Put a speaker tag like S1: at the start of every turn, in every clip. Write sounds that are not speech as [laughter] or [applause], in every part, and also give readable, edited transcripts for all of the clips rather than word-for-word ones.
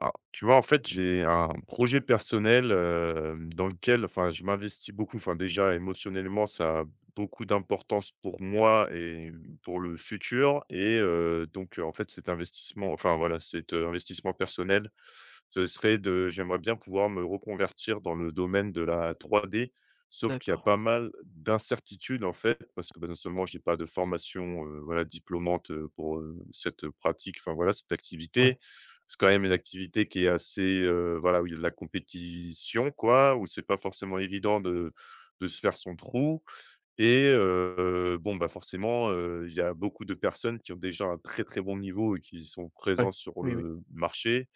S1: Alors, tu vois, en fait, j'ai un projet personnel, dans lequel enfin, je m'investis beaucoup. Enfin, déjà, émotionnellement, ça a beaucoup d'importance pour moi et pour le futur. Et donc, en fait, cet investissement enfin, voilà, cet, investissement personnel, ce serait de j'aimerais bien pouvoir me reconvertir dans le domaine de la 3D, sauf qu'il y a
S2: D'accord.
S1: pas mal d'incertitudes, en fait, parce que, bah, non seulement j'ai pas de formation, voilà, diplômante, pour, cette pratique, enfin, voilà, cette
S2: Ouais,
S1: activité. C'est quand même une activité qui est assez, voilà, où il y a de la compétition, quoi, où c'est pas forcément évident de se faire son trou. Et bon, bah, forcément, il y a beaucoup de personnes qui ont déjà un très, très bon niveau et qui sont
S2: ouais.
S1: présents sur
S2: Oui, oui.
S1: le marché.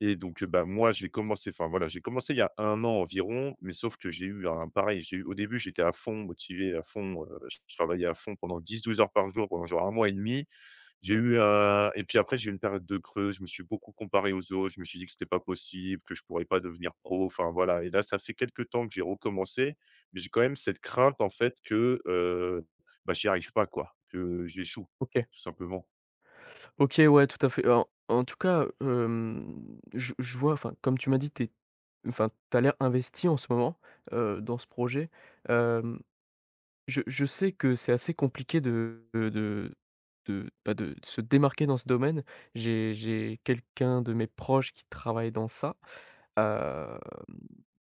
S1: Et donc, bah, moi, j'ai commencé enfin, voilà, j'ai commencé il y a un an environ, mais sauf que j'ai eu un pareil, j'ai eu au début, j'étais à fond motivé, à fond, je travaillais à fond pendant dix, douze heures par jour pendant genre un mois et demi. J'ai
S2: OK.
S1: eu, et puis après, j'ai eu une période de creux, je me suis beaucoup comparé aux autres, je me suis dit que c'était pas possible, que je pourrais pas devenir pro, enfin voilà. Et là, ça fait quelques temps que j'ai recommencé, mais j'ai quand même cette crainte en fait que, bah, j'y arrive pas quoi, que j'échoue,
S2: OK.
S1: tout simplement.
S2: OK, ouais, tout à fait. En tout cas, je vois, enfin, comme tu m'as dit, t'as l'air investi en ce moment, dans ce projet. Hem, je sais que c'est assez compliqué bah, de se démarquer dans ce domaine. J'ai quelqu'un de mes proches qui travaille dans ça. Hem,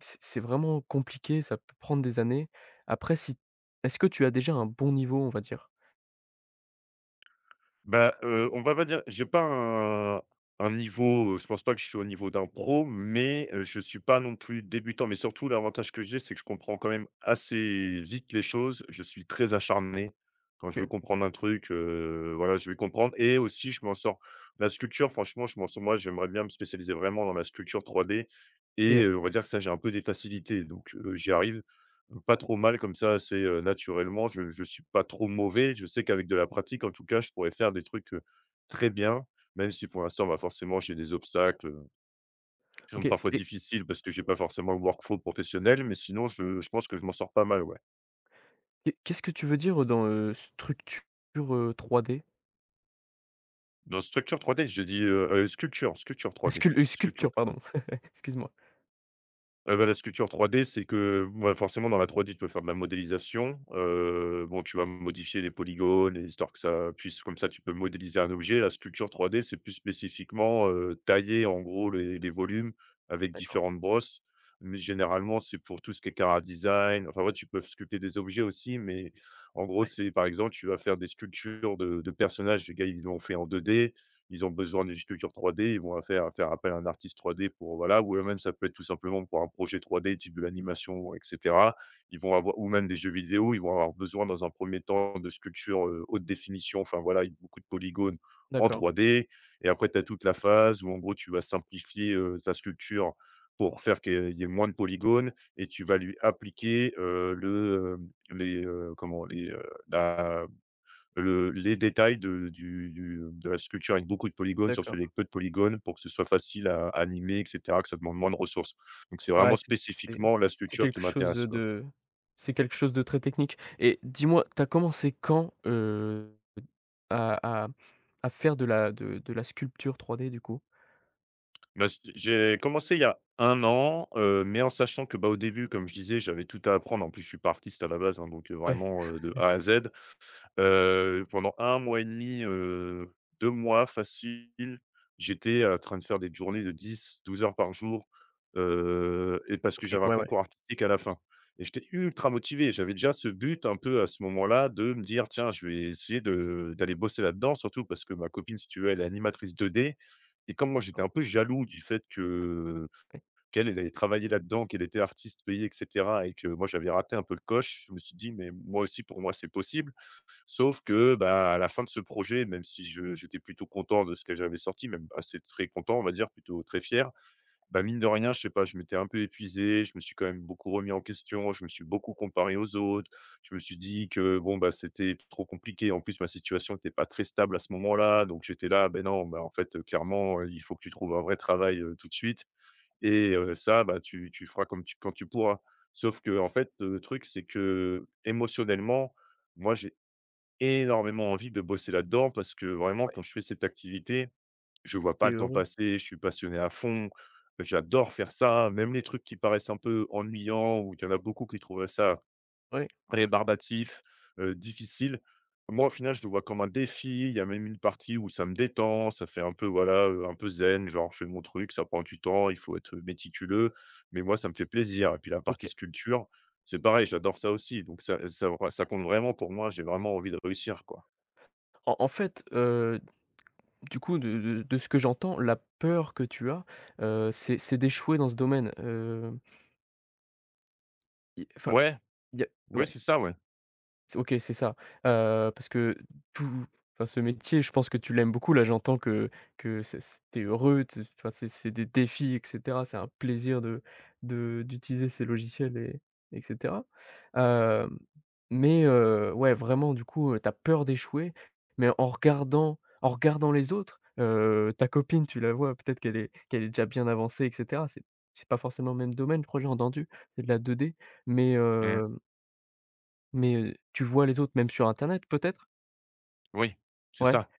S2: c'est vraiment compliqué, ça peut prendre des années. Après si est-ce que tu as déjà un bon niveau, on va dire?
S1: Bah, on va pas dire j'ai pas un niveau, je pense pas que je suis au niveau d'un pro, mais, je suis pas non plus débutant. Mais surtout l'avantage que j'ai, c'est que je comprends quand même assez vite les choses. Je suis très acharné. Quand je veux
S2: OK.
S1: comprendre un truc, voilà, je vais comprendre. Et aussi je m'en sors la sculpture, franchement, je m'en sors. Moi, j'aimerais bien me spécialiser vraiment dans la sculpture 3D. Et
S2: OK.
S1: on va dire que ça, j'ai un peu des facilités donc, j'y arrive. Pas trop mal comme ça, assez, naturellement. Je suis pas trop mauvais. Je sais qu'avec de la pratique, en tout cas, je pourrais faire des trucs, très bien, même si pour l'instant, bah, forcément, j'ai des obstacles, qui sont
S2: OK
S1: parfois
S2: et
S1: difficiles parce que j'ai pas forcément le workflow professionnel, mais sinon je pense que je m'en sors pas mal, ouais.
S2: et qu'est-ce que tu veux dire dans, structure, 3D?
S1: Dans structure 3D, j'ai dit, sculpture, sculpture
S2: Ah
S1: 3D,
S2: sculpture
S1: sculpture
S2: pardon,
S1: 3D.
S2: [laughs] excuse-moi.
S1: Bah, la sculpture 3D, c'est que, bah, forcément dans la 3D, tu peux faire de la modélisation. Bon, tu vas modifier les polygones, et histoire que ça puisse comme ça, tu peux modéliser un objet. La sculpture 3D, c'est plus spécifiquement, tailler en gros les volumes avec
S2: D'accord,
S1: différentes brosses. Mais généralement, c'est pour tout ce qui est chara design. Enfin, ouais, tu peux sculpter des objets aussi, mais en gros,
S2: ouais.
S1: c'est par exemple, tu vas faire des sculptures de personnages. Les gars, ils l'ont fait en 2D. Ils ont besoin d'une sculpture 3D, ils vont faire faire appel à un artiste 3D pour voilà, ou eux-mêmes, ça peut être tout simplement pour un projet 3D type de l'animation et cetera. Ils vont avoir, ou même des jeux vidéo, ils vont avoir besoin dans un premier temps de sculptures, haute définition, enfin voilà, beaucoup de polygones en
S2: D'accord,
S1: 3D. Et après tu as toute la phase où en gros tu vas simplifier, ta sculpture pour faire qu'il y ait moins de polygones et tu vas lui appliquer, le, les, comment les, la le les détails de du de la sculpture avec beaucoup de polygones sur les
S2: d'accord.
S1: peu de polygones pour que ce soit facile à animer et cetera, que ça demande moins de ressources. Donc c'est
S2: Ouais,
S1: vraiment spécifiquement la
S2: c'est
S1: sculpture
S2: quelque
S1: qui
S2: chose,
S1: m'intéresse, quoi.
S2: de c'est quelque chose de très technique et dis-moi, t'as commencé quand, à à à faire de la sculpture 3D du coup?
S1: Bah, c j'ai commencé il y a un an, mais en sachant que, bah, au début, comme je disais, j'avais tout à apprendre. En plus, je suis pas artiste à la base, hein, donc
S2: Ouais.
S1: vraiment, de A à Z. Pendant un mois et demi, 2 mois facile, j'étais en train de faire des journées de dix, douze heures par jour, et parce que
S2: OK,
S1: j'avais un
S2: ouais, ouais,
S1: concours artistique à la fin. Et j'étais ultra motivé. J'avais déjà ce but un peu à ce moment-là de me dire: «Tiens, je vais essayer de d'aller bosser là-dedans», surtout parce que ma copine, si tu veux, elle est animatrice 2D. Et comme moi, j'étais un peu jaloux du fait que
S2: ouais,
S1: qu'elle, elle allait travailler là-dedans, qu'elle était artiste payée et cetera et que moi, j'avais raté un peu le coche, je me suis dit: «Mais moi aussi, pour moi, c'est possible». Sauf que, bah, à la fin de ce projet, même si je j'étais plutôt content de ce que j'avais sorti, même assez très content, on va dire, plutôt très fier, bah, mine de rien, je sais pas, je m'étais un peu épuisé, je me suis quand même beaucoup remis en question, je me suis beaucoup comparé aux autres, je me suis dit que, bon, bah, c'était trop compliqué. En plus, ma situation n'était pas très stable à ce moment-là, donc j'étais là, ben non, bah, en fait, clairement, il faut que tu trouves un vrai travail, tout de suite. Et ça, bah, tu feras comme tu quand tu pourras. Sauf que en fait, le truc, c'est que, émotionnellement, moi, j'ai énormément envie de bosser là-dedans parce que vraiment,
S2: ouais.
S1: quand je fais cette activité, je vois pas
S2: Tu es
S1: le temps
S2: heureux?
S1: passer, je suis passionné à fond, j'adore faire ça, même les trucs qui paraissent un peu ennuyants ou il y en a beaucoup qui trouvent ça
S2: Ouais,
S1: rébarbatif, difficile. Moi, au final, je le vois comme un défi. Il y a même une partie où ça me détend, ça fait un peu, voilà, un peu zen, genre je fais mon truc, ça prend du temps, il faut être méticuleux, mais moi, ça me fait plaisir. Et puis la partie
S2: OK.
S1: sculpture, c'est pareil, j'adore ça aussi, donc ça compte vraiment pour moi, j'ai vraiment envie de réussir, quoi.
S2: En fait, du coup, de ce que j'entends, la peur que tu as, c'est d'échouer dans ce domaine, i enfin,
S1: Ouais,
S2: il y a
S1: ouais,
S2: ouais.
S1: c'est ça, ouais.
S2: C'est OK, c'est ça, parce que tout ce métier, je pense que tu l'aimes beaucoup. Là, j'entends que c'est tu heureux, tu tu c'est des défis et cetera. C'est un plaisir de d'utiliser ces logiciels et etc. cetera. Mais ouais, vraiment, du coup, tu peur d'échouer, mais en regardant les autres, ta copine, tu la vois, peut-être qu'elle est déjà bien avancée et cetera. C'est pas forcément le même domaine, je crois, j'ai entendu. C'est de la deux d, mais
S1: Mmh,
S2: mais, tu vois les autres, même sur internet peut-être?
S1: oui, c'est
S2: Ouais?
S1: ça.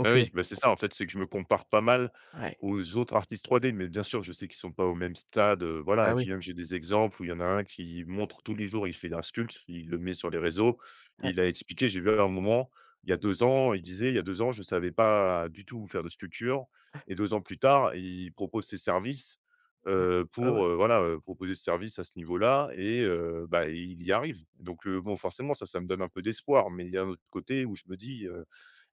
S1: Bah, oui, bah, c'est ça en fait, c'est que je me compare pas mal
S2: Ouais.
S1: aux autres artistes 3D, mais bien sûr, je sais qu'ils sont pas au même stade, voilà.
S2: Bah,
S1: Et
S2: oui.
S1: puis même j'ai des exemples où il y en a un qui montre tous les jours, il fait un sculpte, il le met sur les réseaux.
S2: Ouais.
S1: Il a expliqué, j'ai vu à un moment, il y a deux ans, il disait: «Il y a 2 ans, je savais pas du tout faire de sculpture» et 2 ans plus tard, il propose ses services,
S2: Ouais, ouais.
S1: pour, voilà, proposer ses services à ce niveau-là. Et bah, il y arrive. Donc bon, forcément ça, ça me donne un peu d'espoir, mais il y a un autre côté où je me dis,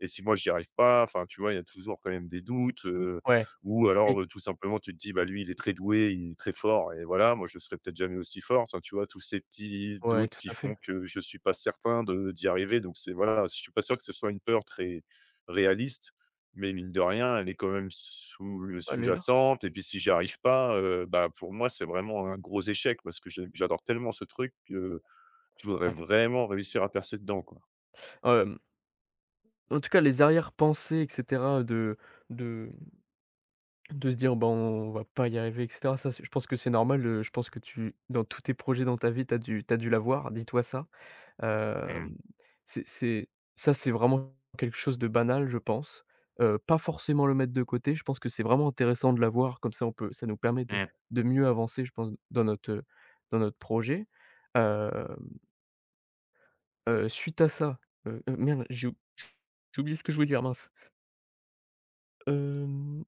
S1: et si moi j'y arrive pas, enfin, tu vois, il y a toujours quand même des doutes,
S2: Ouais.
S1: ou
S2: Oui.
S1: alors, tout simplement tu te dis: «Bah, lui, il est très doué, il est très fort et voilà, moi je serais peut-être jamais aussi fort». Enfin, tu vois, tous ces petits
S2: Ouais,
S1: doutes
S2: tout
S1: qui
S2: à fait.
S1: font que je suis pas certain de d'y arriver donc c'est voilà, je suis pas sûr que ce soit une peur très réaliste, mais mine de rien, elle est quand même sous
S2: Ouais, elle est là.
S1: sous-jacente Et puis si j'y arrive pas, bah, pour moi, c'est vraiment un gros échec parce que j'adore tellement ce truc que je voudrais
S2: Ouais.
S1: vraiment réussir à percer dedans, quoi.
S2: Hem, en tout cas, les arrière-pensées et cetera de de se dire: bon, on va pas y arriver» et cetera, ça, c'est je pense que c'est normal, je pense que tu dans tous tes projets dans ta vie, tu as dû t'as dû l'avoir, dis-toi ça. Hem,
S1: Mmh mh.
S2: c'est ça, c'est vraiment quelque chose de banal, je pense. Pas forcément le mettre de côté. Je pense que c'est vraiment intéressant de l'avoir, comme ça on peut ça nous permet
S1: Mmh.
S2: de mieux avancer, je pense, dans notre, projet. Hem, suite à ça, merde, j'ai oublié ce que je voulais dire, mince. Hem,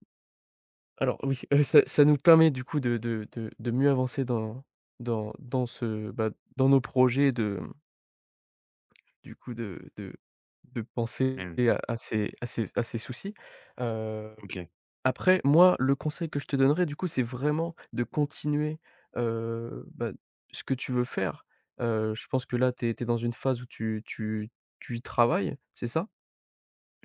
S2: alors oui, ça nous permet du coup de mieux avancer dans ce, bah, dans nos projets de du coup de penser
S1: Mmh.
S2: à ses soucis. Heu,
S1: OK.
S2: après moi, le conseil que je te donnerais du coup, c'est vraiment de continuer, bah, ce que tu veux faire. Je pense que là, tu es dans une phase où tu y travailles, c'est ça?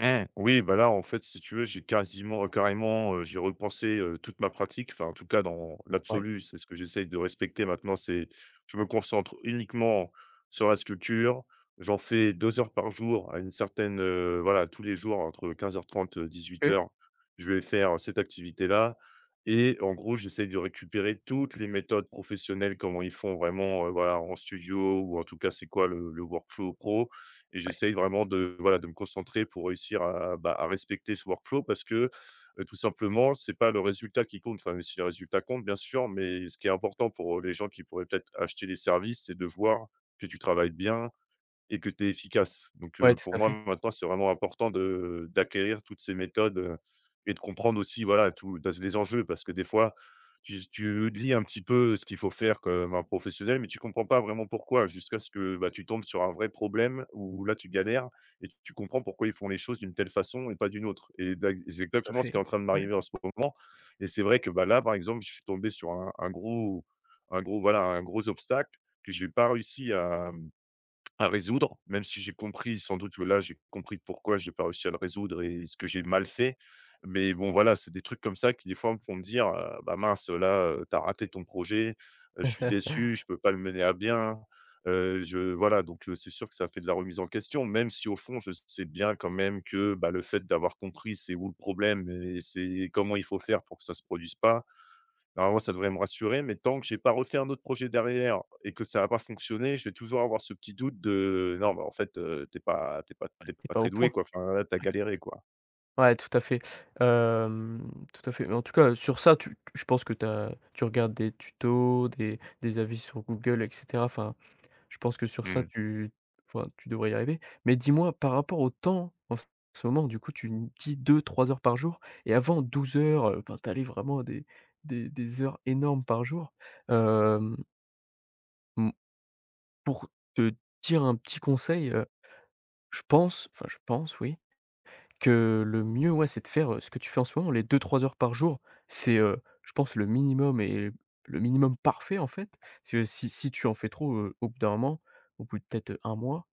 S1: Mmh. Oui, bah, là, en fait, si tu veux, j'ai quasiment carrément, j'ai repensé, toute ma pratique. Enfin, en tout cas, dans
S2: Ouais.
S1: l'absolu, c'est ce que j'essaye de respecter maintenant, c'est je me concentre uniquement sur la sculpture. J'en fais 2 heures par jour à une certaine, voilà, tous les jours entre 15 h 30,
S2: OK,
S1: 18 h, je vais faire cette activité-là. Et en gros, j'essaye de récupérer toutes les méthodes professionnelles, comment ils font vraiment, voilà, en studio ou en tout cas, c'est quoi le workflow pro. Et
S2: ouais.
S1: j'essaye vraiment de, voilà, de me concentrer pour réussir à, bah, à respecter ce workflow parce que, tout simplement, c'est pas le résultat qui compte, enfin, même si le résultat compte, bien sûr, mais ce qui est important pour, les gens qui pourraient peut-être acheter les services, c'est de voir que tu travailles bien, et que tu es efficace. Donc,
S2: Ouais, tout
S1: pour
S2: à
S1: moi,
S2: fait.
S1: maintenant, c'est vraiment important de d'acquérir toutes ces méthodes, et de comprendre aussi, voilà, tous les enjeux parce que des fois, tu lis un petit peu ce qu'il faut faire comme un professionnel, mais tu comprends pas vraiment pourquoi jusqu'à ce que, bah, tu tombes sur un vrai problème où là, tu galères. Et tu comprends pourquoi ils font les choses d'une telle façon et pas d'une autre. Et d'ac c'est
S2: Tout à
S1: exactement ce
S2: fait,
S1: qui est en train de
S2: ouais.
S1: m'arriver en ce moment. Et c'est vrai que, bah, là, par exemple, je suis tombé sur un gros, voilà, un gros obstacle que j'ai pas réussi à résoudre, même si j'ai compris sans doute que là, j'ai compris pourquoi j'ai pas réussi à le résoudre et ce que j'ai mal fait. Mais bon, voilà, c'est des trucs comme ça qui, des fois, me font me dire, «Bah mince, là, tu raté ton projet, je suis
S2: [laughs]
S1: déçu, je peux pas le mener à bien». Je voilà, donc c'est sûr que ça fait de la remise en question, même si au fond, je sais bien quand même que, bah, le fait d'avoir compris c'est où le problème et c'est comment il faut faire pour que ça se produise pas. Normalement, ça devrait me rassurer, mais tant que j'ai pas refait un autre projet derrière et que ça va pas fonctionner, je vais toujours avoir ce petit doute de: «Non, bah, en fait, tu pas t'es
S2: C'est
S1: pas
S2: pas au
S1: très doué,
S2: point.
S1: quoi. Enfin, là, tu galéré, quoi».
S2: Ouais, tout à fait, tout à fait. Mais en tout cas, sur ça, tu tu je pense que tu regardes des tutos, des avis sur Google et cetera. Enfin, je pense que sur ça,
S1: Mmh.
S2: tu enfin, tu devrais y arriver. Mais dis-moi, par rapport au temps, en ce moment, du coup, tu me dis 2, 3 heures par jour et avant 12 heures, ben, tu allais vraiment à des heures énormes par jour. Hem, mmh, pour te dire un petit conseil, je pense, oui, que le mieux, ouais, c'est de faire, ce que tu fais en ce moment, les 2 3 heures par jour. C'est, je pense le minimum et le minimum parfait, en fait. Parce que si tu en fais trop, au bout d'un moment, au bout de peut-être, un mois,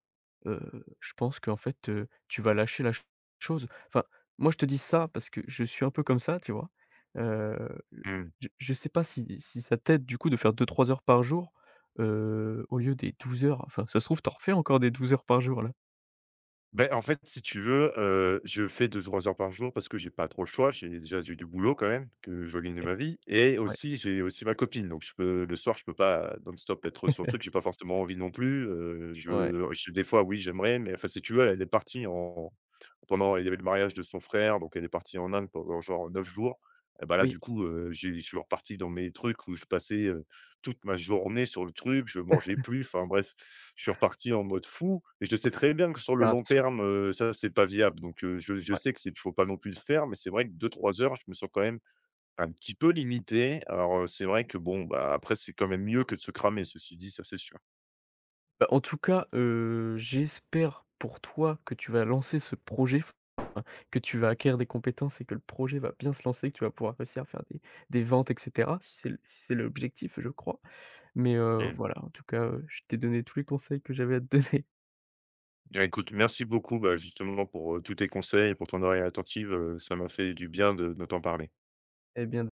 S2: heu, je pense qu'en fait, tu vas lâcher la ch chose. Enfin, moi, je te dis ça parce que je suis un peu comme ça, tu vois? Heu,
S1: Mmh.
S2: je sais pas si ça t'aide, du coup, de faire 2 3 heures par jour, au lieu des 12 heures. Enfin, ça se trouve, t'en en refais encore des 12 heures par jour, là.
S1: Beh, en fait, si tu veux, je fais 2 trois heures par jour parce que j'ai pas trop le choix. J'ai du boulot quand même, que je dois gagner
S2: [laughs]
S1: ma vie et
S2: Ouais.
S1: aussi, j'ai aussi ma copine, donc je peux le soir, je peux pas non-stop être sur le truc. J'ai pas forcément envie non plus,
S2: Ouais.
S1: je des fois, oui, j'aimerais, mais enfin, si tu veux, elle est partie en. Pendant il y avait le mariage de son frère, donc elle est partie en Inde pendant genre 9 jours. Et bah, là,
S2: Oui.
S1: du coup, j'ai je suis reparti dans mes trucs où je passais, toute ma journée sur le truc, je mangeais plus, enfin bref, je suis reparti en mode fou et je sais très bien que sur le
S2: Faire
S1: long
S2: attention.
S1: terme, ça, c'est pas viable. Donc je
S2: Ouais.
S1: sais que c'est faut pas non plus le faire, mais c'est vrai que deux trois heures, je me sens quand même un petit peu limité. Alors, c'est vrai que bon, bah, après c'est quand même mieux que de se cramer, ceci dit, ça c'est sûr.
S2: Bah, en tout cas, j'espère pour toi que tu vas lancer ce projet, f que tu vas acquérir des compétences et que le projet va bien se lancer, que tu vas pouvoir réussir à faire des ventes et cetera, si c'est l si c'est l'objectif, je crois. Mais,
S1: Mmh.
S2: voilà, en tout cas, je t'ai donné tous les conseils que j'avais à te donner.
S1: Bien, écoute, merci beaucoup, bah, justement, pour, tous tes conseils et pour ton oreille attentive, ça m'a fait du bien de t'en parler.
S2: [laughs] Eh bien